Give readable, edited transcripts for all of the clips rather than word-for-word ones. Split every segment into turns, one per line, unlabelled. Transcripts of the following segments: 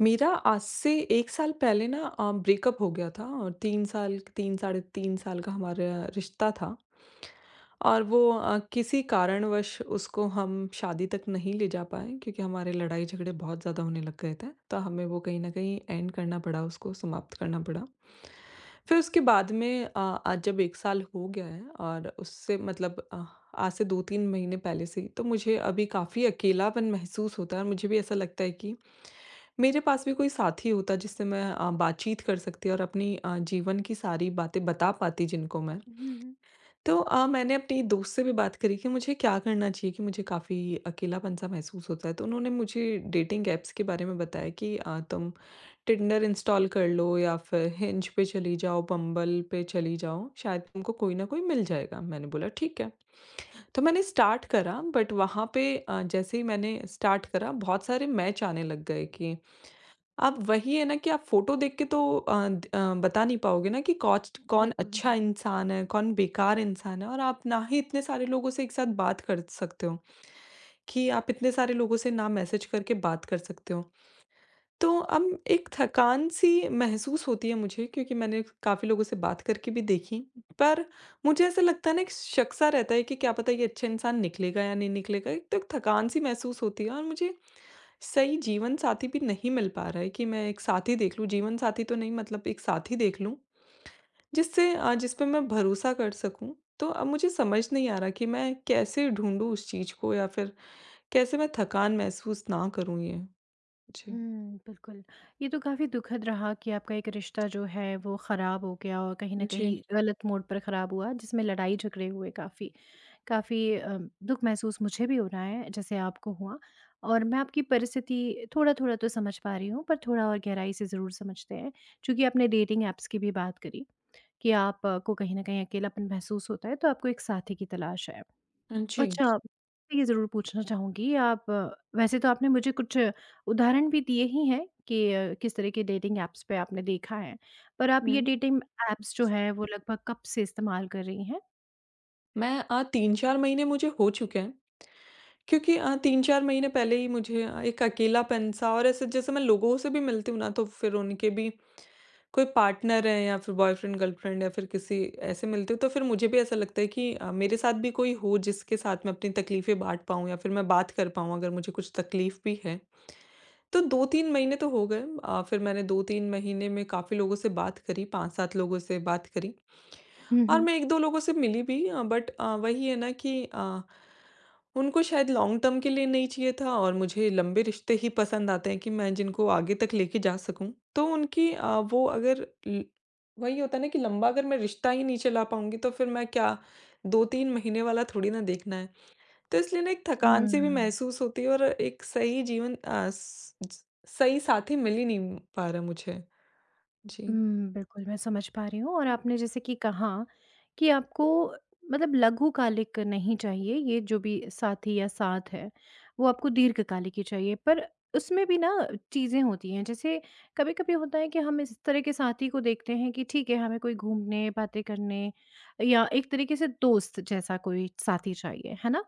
मेरा आज से 1 साल पहले ना ब्रेकअप हो गया था और 3 साल, 3, साढ़े 3 साल का हमारा रिश्ता था। और वो किसी कारणवश उसको हम शादी तक नहीं ले जा पाए क्योंकि हमारे लड़ाई-झगड़े बहुत ज़्यादा होने लग गए थे। तो हमें वो कहीं न कहीं एंड करना पड़ा, उसको समाप्त करना पड़ा। फिर उसके बाद में आज जब 1 साल हो गया है और उससे मतलब आज से 2-3 महीने पहले से ही तो मुझे अभी काफ़ी अकेलापन महसूस होता है, और मुझे भी ऐसा लगता है कि मेरे पास भी कोई साथी होता जिससे मैं बातचीत कर सकती और अपनी जीवन की सारी बातें बता पाती जिनको मैं।
हुँ, हुँ।
तो मैंने अपनी दोस्त से भी बात करी कि मुझे क्या करना चाहिए, कि मुझे काफ़ी अकेलापन सा महसूस होता है। तो उन्होंने मुझे डेटिंग ऐप्स के बारे में बताया कि तुम टिंडर इंस्टॉल कर लो या फिर हिंज पे चली जाओ, बम्बल पे चली जाओ, शायद तुमको कोई ना कोई मिल जाएगा। मैंने बोला ठीक है। तो मैंने स्टार्ट करा, बट वहाँ पे जैसे ही मैंने स्टार्ट करा बहुत सारे मैच आने लग गए, कि अब वही है ना कि आप फ़ोटो देख के तो बता नहीं पाओगे ना कि कॉस्ट कौन
बिल्कुल।
अच्छा इंसान है, कौन बेकार इंसान है। और आप ना ही इतने सारे लोगों से एक साथ बात कर सकते हो, कि आप इतने सारे लोगों से ना मैसेज करके बात कर सकते हो। तो अब एक थकान-सी महसूस होती है मुझे, क्योंकि मैंने काफ़ी लोगों से बात करके भी देखी। पर मुझे ऐसा लगता है ना, एक शक-सा रहता है कि क्या पता ये अच्छा इंसान निकलेगा या नहीं निकलेगा। एक तो एक थकान-सी महसूस होती है, और मुझे सही जीवन साथी भी नहीं मिल पा रहा है, कि मैं एक साथी देख लूँ, जीवन साथी तो नहीं मतलब एक साथी देख लूँ, जिससे जिस पे मैं भरोसा कर सकूँ। तो अब मुझे समझ नहीं आ रहा कि मैं कैसे ढूँढूँ उस चीज़ को, या फिर कैसे मैं थकान महसूस ना करूँ ये? जी।
हुँ, बिल्कुल। ये तो काफ़ी दुखद रहा कि आपका एक रिश्ता जो है वो ख़राब हो गया और कहीं न कहीं
जी।
गलत मोड़ पर ख़राब हुआ जिसमें लड़ाई झगड़े हुए काफ़ी। काफ़ी दुःख महसूस मुझे भी हो रहा है जैसे आपको हुआ और मैं आपकी परिस्थिति थोड़ा-थोड़ा तो समझ पा रही हूँ पर थोड़ा और गहराई से ज़रूर समझते हैं। चूँकि आपने डेटिंग ऐप्स की भी बात करी कि आपको कहीं न कहीं अकेलापन महसूस होता है तो आपको एक साथी की तलाश है।
हाँ जी।
अच्छा, मैं ये ज़रूर पूछना चाहूँगी आप वैसे तो आपने मुझे कुछ उदाहरण भी दिए ही हैं कि किस तरह के डेटिंग ऐप्स पे आपने देखा है। पर आप
हुँ।
ये डेटिंग ऐप्स जो हैं वो लगभग कब से इस्तेमाल कर रही हैं?
मैं 3-4 महीने मुझे हो चुके हैं। क्योंकि 3-4 महीने पहले ही मुझे एक अकेलापन सा, और ऐसे जैसे मैं लोगों से भी मिलती हूँ ना, तो फिर उनके भी कोई पार्टनर है या फिर बॉयफ्रेंड, गर्लफ्रेंड, या फिर किसी ऐसे मिलती हूँ, तो फिर मुझे भी ऐसा लगता है कि मेरे साथ भी कोई हो जिसके साथ मैं अपनी तकलीफ़ें बाँट पाऊँ, या फिर मैं बात कर पाऊँ अगर मुझे कुछ तकलीफ़ भी है। तो 2-3 महीने तो हो गए। फिर मैंने 2-3 महीने में काफ़ी लोगों से बात करी, 5-7 लोगों से बात करी,
हुँ,
और
हुँ।
मैं 1-2 लोगों से मिली भी। बट वही है ना कि उनको शायद लॉन्ग टर्म के लिए नहीं चाहिए था, और मुझे लंबे रिश्ते ही पसंद आते हैं, कि मैं जिनको आगे तक लेके जा सकूँ। तो उनकी अ, वो अगर ल वही होता है ना कि लंबा अगर मैं रिश्ता ही नहीं चला पाऊँगी, तो फिर मैं क्या 2-3 महीने वाला थोड़ी ना देखना है। तो इसलिए ना एक थकान सी भी
हुँ।
महसूस होती है, और एक सही जीवन अ, स ज सही साथी मिल ही नहीं पा रहा मुझे। जी।
हुँ, बिल्कुल, मैं समझ पा रही हूँ और आपने जैसे कि कहा कि आपको मतलब लघुकालिक नहीं चाहिए, ये जो भी साथी या साथ है, वो आपको दीर्घकालिक ही चाहिए। पर उसमें भी ना चीज़ें होती हैं, जैसे कभी-कभी होता है कि हम इस तरह के साथी को देखते हैं कि ठीक है, हमें कोई घूमने, बातें करने या एक तरीके से दोस्त जैसा कोई साथी चाहिए, है ना?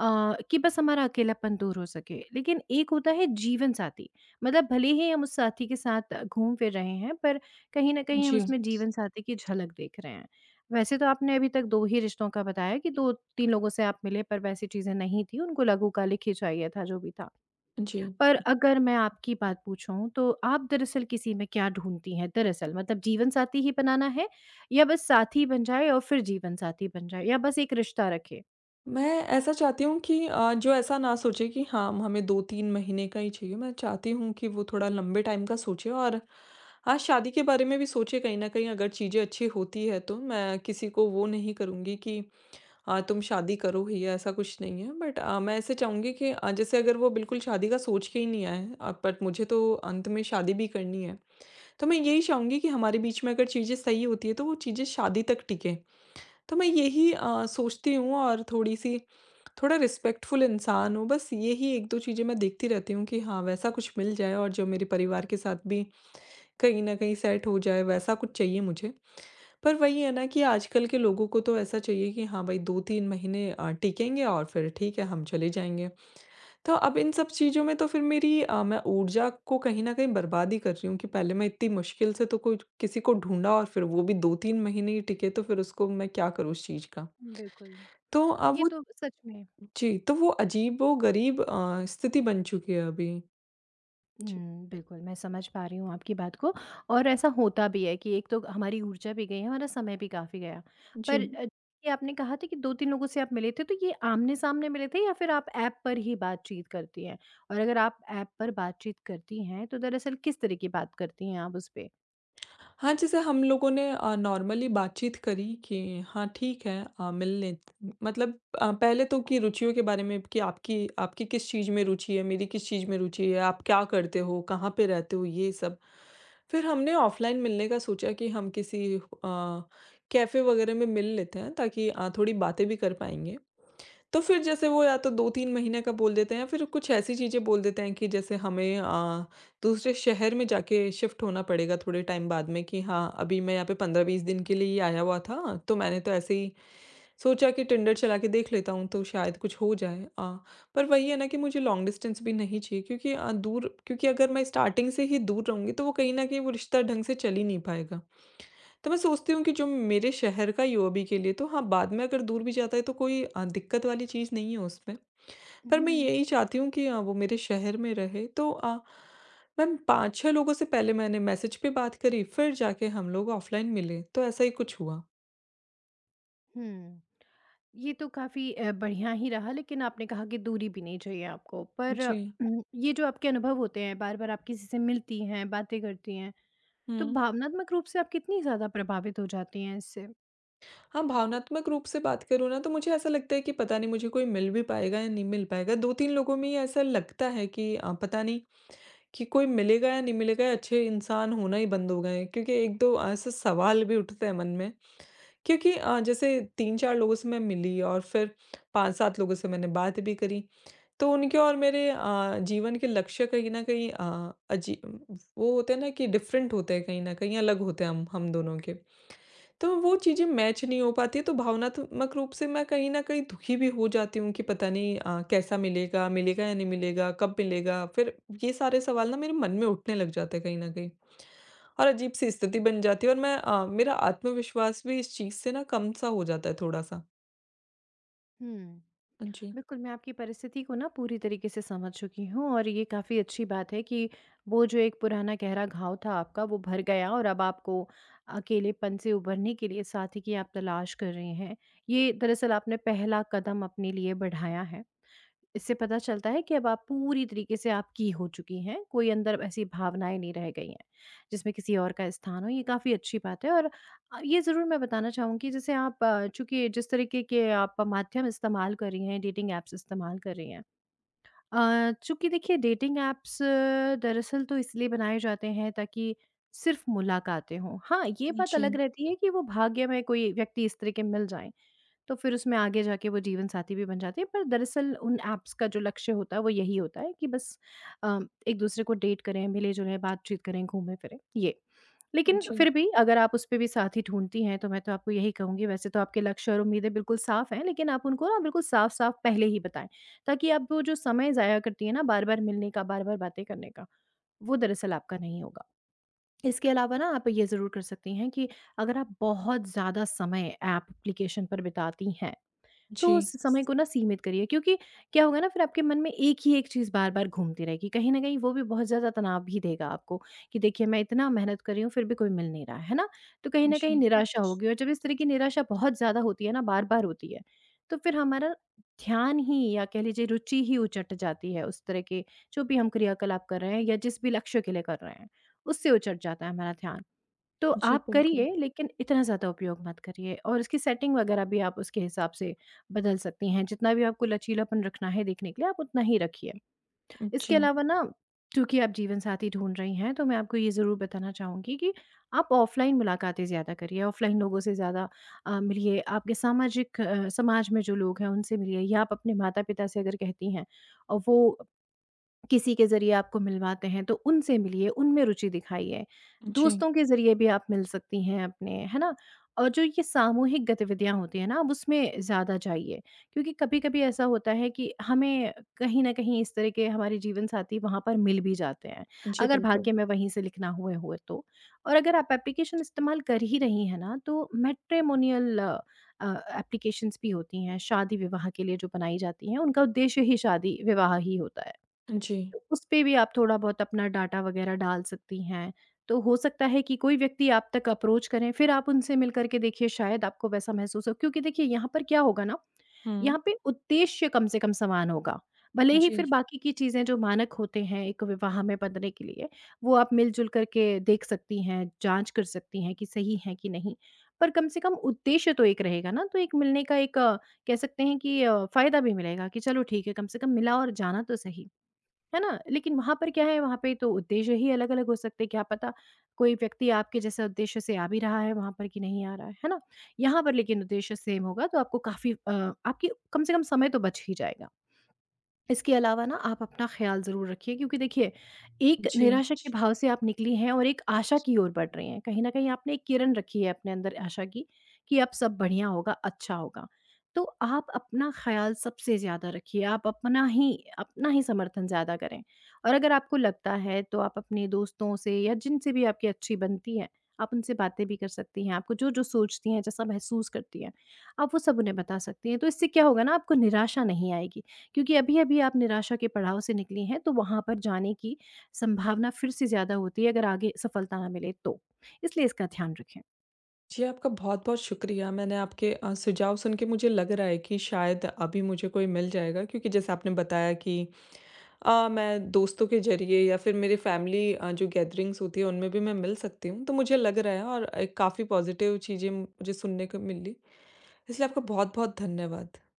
कि बस हमारा अकेलापन दूर हो सके। लेकिन एक होता है जीवन साथी, मतलब भले ही हम उस साथी के साथ घूम फिर रहे हैं, पर कहीं न कहीं हम
जी,
उसमें जीवनसाथी की झलक देख रहे हैं। वैसे तो आपने अभी तक 2 ही रिश्तों का बताया कि 2-3 लोगों से आप मिले पर वैसी चीज़ें नहीं थी, उनको लघुकालिक ही चाहिए था जो भी था।
जी।
पर अगर मैं आपकी बात पूछूँ तो आप दरअसल किसी में क्या ढूँढती हैं? दरअसल मतलब जीवनसाथी ही बनाना है या बस साथी बन जाए और फिर जीवनसाथी बन जाए या बस एक रिश्ता रखें?
मैं ऐसा चाहती हूँ कि जो ऐसा ना सोचे कि हाँ, हमें 2-3 महीने का ही चाहिए। मैं चाहती हूँ कि वो थोड़ा लंबे टाइम का सोचे, और हाँ, शादी के बारे में भी सोचे कहीं न कहीं, अगर चीज़ें अच्छी होती है तो। मैं किसी को वो नहीं करूँगी कि तुम शादी करो ही, ऐसा कुछ नहीं है। बट मैं ऐसे चाहूँगी कि जैसे अगर वो बिल्कुल शादी का सोच के ही नहीं आए हैं, बट मुझे तो अंत में शादी भी करनी है। तो मैं यही चाहूँगी कि हमारे बीच में अगर चीज़ें सही होती है, तो वो चीज़ें शादी तक टिकें। तो मैं यही सोचती हूँ। और थोड़ी-सी थोड़ा रिस्पेक्टफुल इंसान हो, बस यही 1-2 चीज़ें मैं देखती रहती हूँ कि हाँ, वैसा कुछ मिल जाए, और जो मेरे परिवार के साथ भी कहीं न कहीं सेट हो जाए, वैसा कुछ चाहिए मुझे। पर वही है ना कि आजकल के लोगों को तो ऐसा चाहिए कि हाँ भाई, 2-3 महीने टिकेंगे और फिर ठीक है, हम चले जाएँगे। तो अब इन सब चीज़ों में तो फिर मैं ऊर्जा को कहीं न कहीं बर्बाद ही कर रही हूँ, कि पहले मैं इतनी मुश्किल से तो कुछ किसी को ढूँढा, और फिर वो भी 2-3 महीने ही टिके, तो फिर उसको मैं क्या करूँ उस चीज़ का।
बिल्कुल।
तो अब
ये
वो,
तो सच में
जी, तो वो अजीबो-गरीब स्थिति बन चुकी है अभी। जी,
हुँ, बिल्कुल, मैं समझ पा रही हूँ आपकी बात को और ऐसा होता भी है कि एक तो हमारी ऊर्जा भी गई है, हमारा समय भी काफ़ी गया।
जी।
पर ये आपने कहा था कि 2-3 लोगों से आप मिले थे, तो ये आमने-सामने मिले थे या फिर आप ऐप पर ही बातचीत करती हैं? और अगर आप ऐप पर बातचीत करती हैं, तो दरअसल किस तरह की बात करती हैं आप उस पे?
हाँ, जैसे हम लोगों ने नॉर्मली बातचीत करी कि हाँ, ठीक है, मिल लेते मतलब पहले तो कि रुचियों के बारे में, कि आपकी आपकी किस चीज़ में रुचि है, मेरी किस चीज़ में रुचि है, आप क्या करते हो, कहाँ पे रहते हो, ये सब। फिर हमने ऑफ़लाइन मिलने का सोचा कि हम किसी कैफ़े वगैरह में मिल लेते हैं, ताकि थोड़ी बातें भी कर पाएँगे। तो फिर जैसे वो या तो 2-3 महीने का बोल देते हैं, या फिर कुछ ऐसी चीज़ें बोल देते हैं कि जैसे हमें दूसरे शहर में जाके शिफ्ट होना पड़ेगा थोड़े टाइम बाद में, कि हाँ, अभी मैं यहाँ पे 15-20 दिन के लिए ही आया हुआ था, तो मैंने तो ऐसे ही सोचा कि टिंडर चला के देख लेता हूँ, तो शायद कुछ हो जाए। पर वही है ना कि मुझे लॉन्ग डिस्टेंस भी नहीं चाहिए, क्योंकि अ, दूर क्योंकि अगर मैं स्टार्टिंग से ही दूर रहूँगी, तो वो कहीं न कहीं वो रिश्ता ढंग से चल ही नहीं पाएगा। तो मैं सोचती हूँ कि जो मेरे शहर का युवा भी के लिए, तो हाँ, बाद में अगर दूर भी जाता है तो कोई दिक्कत वाली चीज़ नहीं है उसमें। पर मैं
हुँ,
यही चाहती हूँ कि वो मेरे शहर में रहे। तो मैम, 5-6 लोगों से पहले मैंने मैसेज पे बात करी, फिर जाके हम लोग ऑफ़लाइन मिले, तो ऐसा ही कुछ हुआ।
हुँ। ये तो काफ़ी बढ़िया ही रहा लेकिन आपने कहा कि दूरी भी नहीं चाहिए आपको। पर
जी।
ये जो आपके अनुभव होते हैं, बार-बार आप किसी से मिलती हैं, बातें करती हैं, तो
हुँ।
भावनात्मक रूप से आप कितनी ज़्यादा प्रभावित हो जाती हैं इससे?
हाँ, भावनात्मक रूप से बात करूँ ना, तो मुझे ऐसा लगता है कि पता नहीं मुझे कोई मिल भी पाएगा या नहीं मिल पाएगा। 2-3 लोगों में ही ऐसा लगता है कि पता नहीं कि कोई मिलेगा या नहीं मिलेगा, या अच्छे इंसान होना ही बंद हो गए हैं। क्योंकि एक दो ऐसे सवाल भी उठते हैं मन में, क्योंकि जैसे 3-4 लोगों से मैं मिली, और फिर 5-7 लोगों से मैंने बात भी करी, तो उनके और मेरे जीवन के लक्ष्य कहीं ना कहीं, अ, अजी वो होते हैं ना कि डिफरेंट होते हैं, कहीं ना कहीं अलग होते हैं हम दोनों के। तो वो चीज़ें मैच नहीं हो पाती, तो भावनात्मक रूप से मैं कहीं न कहीं दुखी भी हो जाती हूँ कि पता नहीं कैसा मिलेगा, मिलेगा या नहीं मिलेगा, कब मिलेगा? फिर ये सारे सवाल ना मेरे मन में उठने लग जाते हैं कहीं न कहीं, और अजीब-सी स्थिति
जी।
बन जाती है, और मेरा आत्मविश्वास भी इस चीज़ से ना कम सा हो जाता है थोड़ा-सा।
हुँ।
जी,
बिल्कुल, मैं आपकी परिस्थिति को ना पूरी तरीके से समझ चुकी हूँ और ये काफ़ी अच्छी बात है कि वो जो एक पुराना गहरा घाव था आपका वो भर गया और अब आपको अकेलेपन से उभरने के लिए साथी की आप तलाश कर रहे हैं। ये दरअसल आपने पहला कदम अपने लिए बढ़ाया है। इससे पता चलता है कि अब आप पूरी तरीके से आपकी हो चुकी हैं, कोई अंदर ऐसी भावनाएँ नहीं रह गई हैं, जिसमें किसी और का स्थान हो, ये काफ़ी अच्छी बात है और ये ज़रूर मैं बताना चाहूँगी जैसे आप चूँकि जिस तरीके के आप माध्यम इस्तेमाल कर रही हैं, डेटिंग ऐप्स इस्तेमाल कर रही हैं। चूँकि देखिए डेटिंग ऐप्स दरअसल तो इसलिए बनाए जाते हैं ताकि सिर्फ़ मुलाकातें हों। हाँ, ये बात अलग
जी,
रहती है कि वो भाग्य में कोई व्यक्ति इस तरह के मिल जाएँ, तो फिर उसमें आगे जाके वो जीवनसाथी भी बन जाते हैं। पर दरअसल उन ऐप्स का जो लक्ष्य होता है वो यही होता है कि बस अ, एक दूसरे को डेट करें, मिले-जुलें, बातचीत करें, घूमें-फिरें, ये। लेकिन
जी,
फिर भी अगर आप उसपे भी साथी ढूँढती हैं तो मैं तो आपको यही कहूँगी वैसे तो आपके लक्ष्य और उम्मीदें बिल्कुल साफ़ हैं, लेकिन आप उनको ना बिल्कुल साफ़-साफ़ पहले ही बताएँ, ताकि आप वो जो समय ज़ाया करती हैं ना बार-बार मिलने का, बार-बार बातें करने का, वो दरअसल आपका नहीं होगा। इसके अलावा ना आप ये ज़रूर कर सकती हैं कि अगर आप बहुत ज़्यादा समय ऐप एप्लीकेशन पर बिताती हैं तो
जी,
उस समय को ना सीमित करिए क्योंकि क्या होगा ना फिर आपके मन में एक ही एक चीज़ बार-बार घूमती रहेगी। कहीं न कहीं वो भी बहुत ज़्यादा तनाव भी देगा आपको कि देखिए मैं इतना मेहनत कर रही हूँ फिर भी कोई मिल नहीं रहा है ना? तो कहीं न कहीं
जी,
निराशा होगी और जब इस तरह की निराशा बहुत ज़्यादा होती है ना, बार-बार होती है, तो फिर हमारा ध्यान ही या कह लीजिए रुचि ही उचट जाती है उस तरह के जो भी हम क्रियाकलाप कर रहे हैं या जिस भी लक्ष्य के लिए कर रहे हैं, उससे उचट जाता है हमारा ध्यान। तो
जी,
आप
बिल्कुल।
करिए लेकिन इतना ज़्यादा उपयोग मत करिए और उसकी सेटिंग वगैरह भी आप उसके हिसाब से बदल सकती हैं। जितना भी आपको लचीलापन रखना है देखने के लिए, आप उतना ही रखिए। इसके
जी,
अलावा ना चूँकि आप जीवनसाथी ढूँढ रही हैं, तो मैं आपको ये ज़रूर बताना चाहूँगी कि आप ऑफ़लाइन मुलाकातें ज़्यादा करिए, ऑफ़लाइन लोगों से ज़्यादा मिलिए, आपके सामाजिक समाज में जो लोग हैं, उनसे मिलिए या आप अपने माता-पिता से अगर कहती हैं और वो किसी के ज़रिए आपको मिलवाते हैं तो उनसे मिलिए, उनमें रुचि दिखाइए।
जी,
दोस्तों के ज़रिए भी आप मिल सकती हैं अपने, है ना? और जो ये सामूहिक गतिविधियाँ होती हैं ना, आप उसमें ज़्यादा जाइए क्योंकि कभी-कभी ऐसा होता है कि हमें कहीं न कहीं इस तरह के हमारे जीवन साथी वहाँ पर मिल भी जाते हैं,
जी,
अगर
बिल्कुल।
भाग्य में वहीं से लिखना हुए हो तो। और अगर आप एप्लीकेशन इस्तेमाल कर ही रही हैं ना, तो मैट्रिमोनियल एप्लीकेशंस भी होती हैं, शादी-विवाह के लिए जो बनाई जाती हैं, उनका उद्देश्य ही शादी-विवाह ही होता है।
जी।
तो उसपे भी आप थोड़ा-बहुत अपना डाटा वगैरह डाल सकती हैं। तो हो सकता है कि कोई व्यक्ति आप तक अप्रोच करें, फिर आप उनसे मिल कर के देखिए शायद आपको वैसा महसूस हो क्योंकि देखिए यहाँ पर क्या होगा ना,
हुँ।
यहाँ पे उद्देश्य कम से कम समान होगा। भले ही फिर
जी,
बाकी की चीज़ें जो मानक होते हैं एक विवाह में बंधने के लिए, वो आप मिल-जुल कर के देख सकती हैं, जाँच कर सकती हैं कि सही है कि नहीं। पर कम से कम उद्देश्य तो एक रहेगा ना, तो एक मिलने का एक कह सकते हैं कि फ़ायदा भी मिलेगा कि चलो ठीक है, कम से कम मिला और जाना तो सही। है ना? लेकिन वहाँ पर क्या है, वहाँ पे तो उद्देश्य ही अलग-अलग हो सकते हैं, क्या पता कोई व्यक्ति आपके जैसे उद्देश्य से आ भी रहा है वहाँ पर कि नहीं आ रहा है ना? यहाँ पर लेकिन उद्देश्य सेम होगा तो आपको काफ़ी आपकी कम से कम समय तो बच ही जाएगा। इसके अलावा ना आप अपना ख़्याल ज़रूर रखिए क्योंकि देखिए, एक
जी।
निराशा के भाव से आप निकली हैं और एक आशा की ओर बढ़ रही हैं। कहीं न कहीं आपने एक किरण रखी है अपने अंदर आशा की, कि अब सब बढ़िया होगा, अच्छा होगा। तो आप अपना ख़्याल सबसे ज़्यादा रखिए, आप अपना ही समर्थन ज़्यादा करें। और अगर आपको लगता है तो आप अपने दोस्तों से या जिनसे भी आपकी अच्छी बनती है, आप उनसे बातें भी कर सकती हैं, आपको जो-जो सोचती हैं, जैसा महसूस करती हैं, आप वो सब उन्हें बता सकती हैं। तो इससे क्या होगा ना आपको निराशा नहीं आएगी। क्योंकि अभी-अभी आप निराशा के पड़ाव से निकली हैं, तो वहाँ पर जाने की संभावना फिर से ज़्यादा होती है अगर आगे सफलता ना मिले तो। इसलिए इसका ध्यान रखें।
जी, आपका बहुत-बहुत शुक्रिया। मैंने आपके सुझाव सुन के मुझे लग रहा है कि शायद अभी मुझे कोई मिल जाएगा, क्योंकि जैसे आपने बताया कि मैं दोस्तों के ज़रिए या फिर मेरे फैमिली जो गैदरिंग्स होती है उनमें भी मैं मिल सकती हूँ। तो मुझे लग रहा है, और एक काफ़ी पॉज़िटिव चीज़ें मुझे सुनने को मिली। इसलिए आपका बहुत-बहुत धन्यवाद।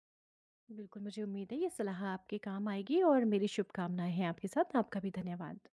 बिल्कुल, मुझे उम्मीद है ये सलाह आपके काम आएगी और मेरी शुभकामनाएँ हैं आपके साथ। आपका भी धन्यवाद।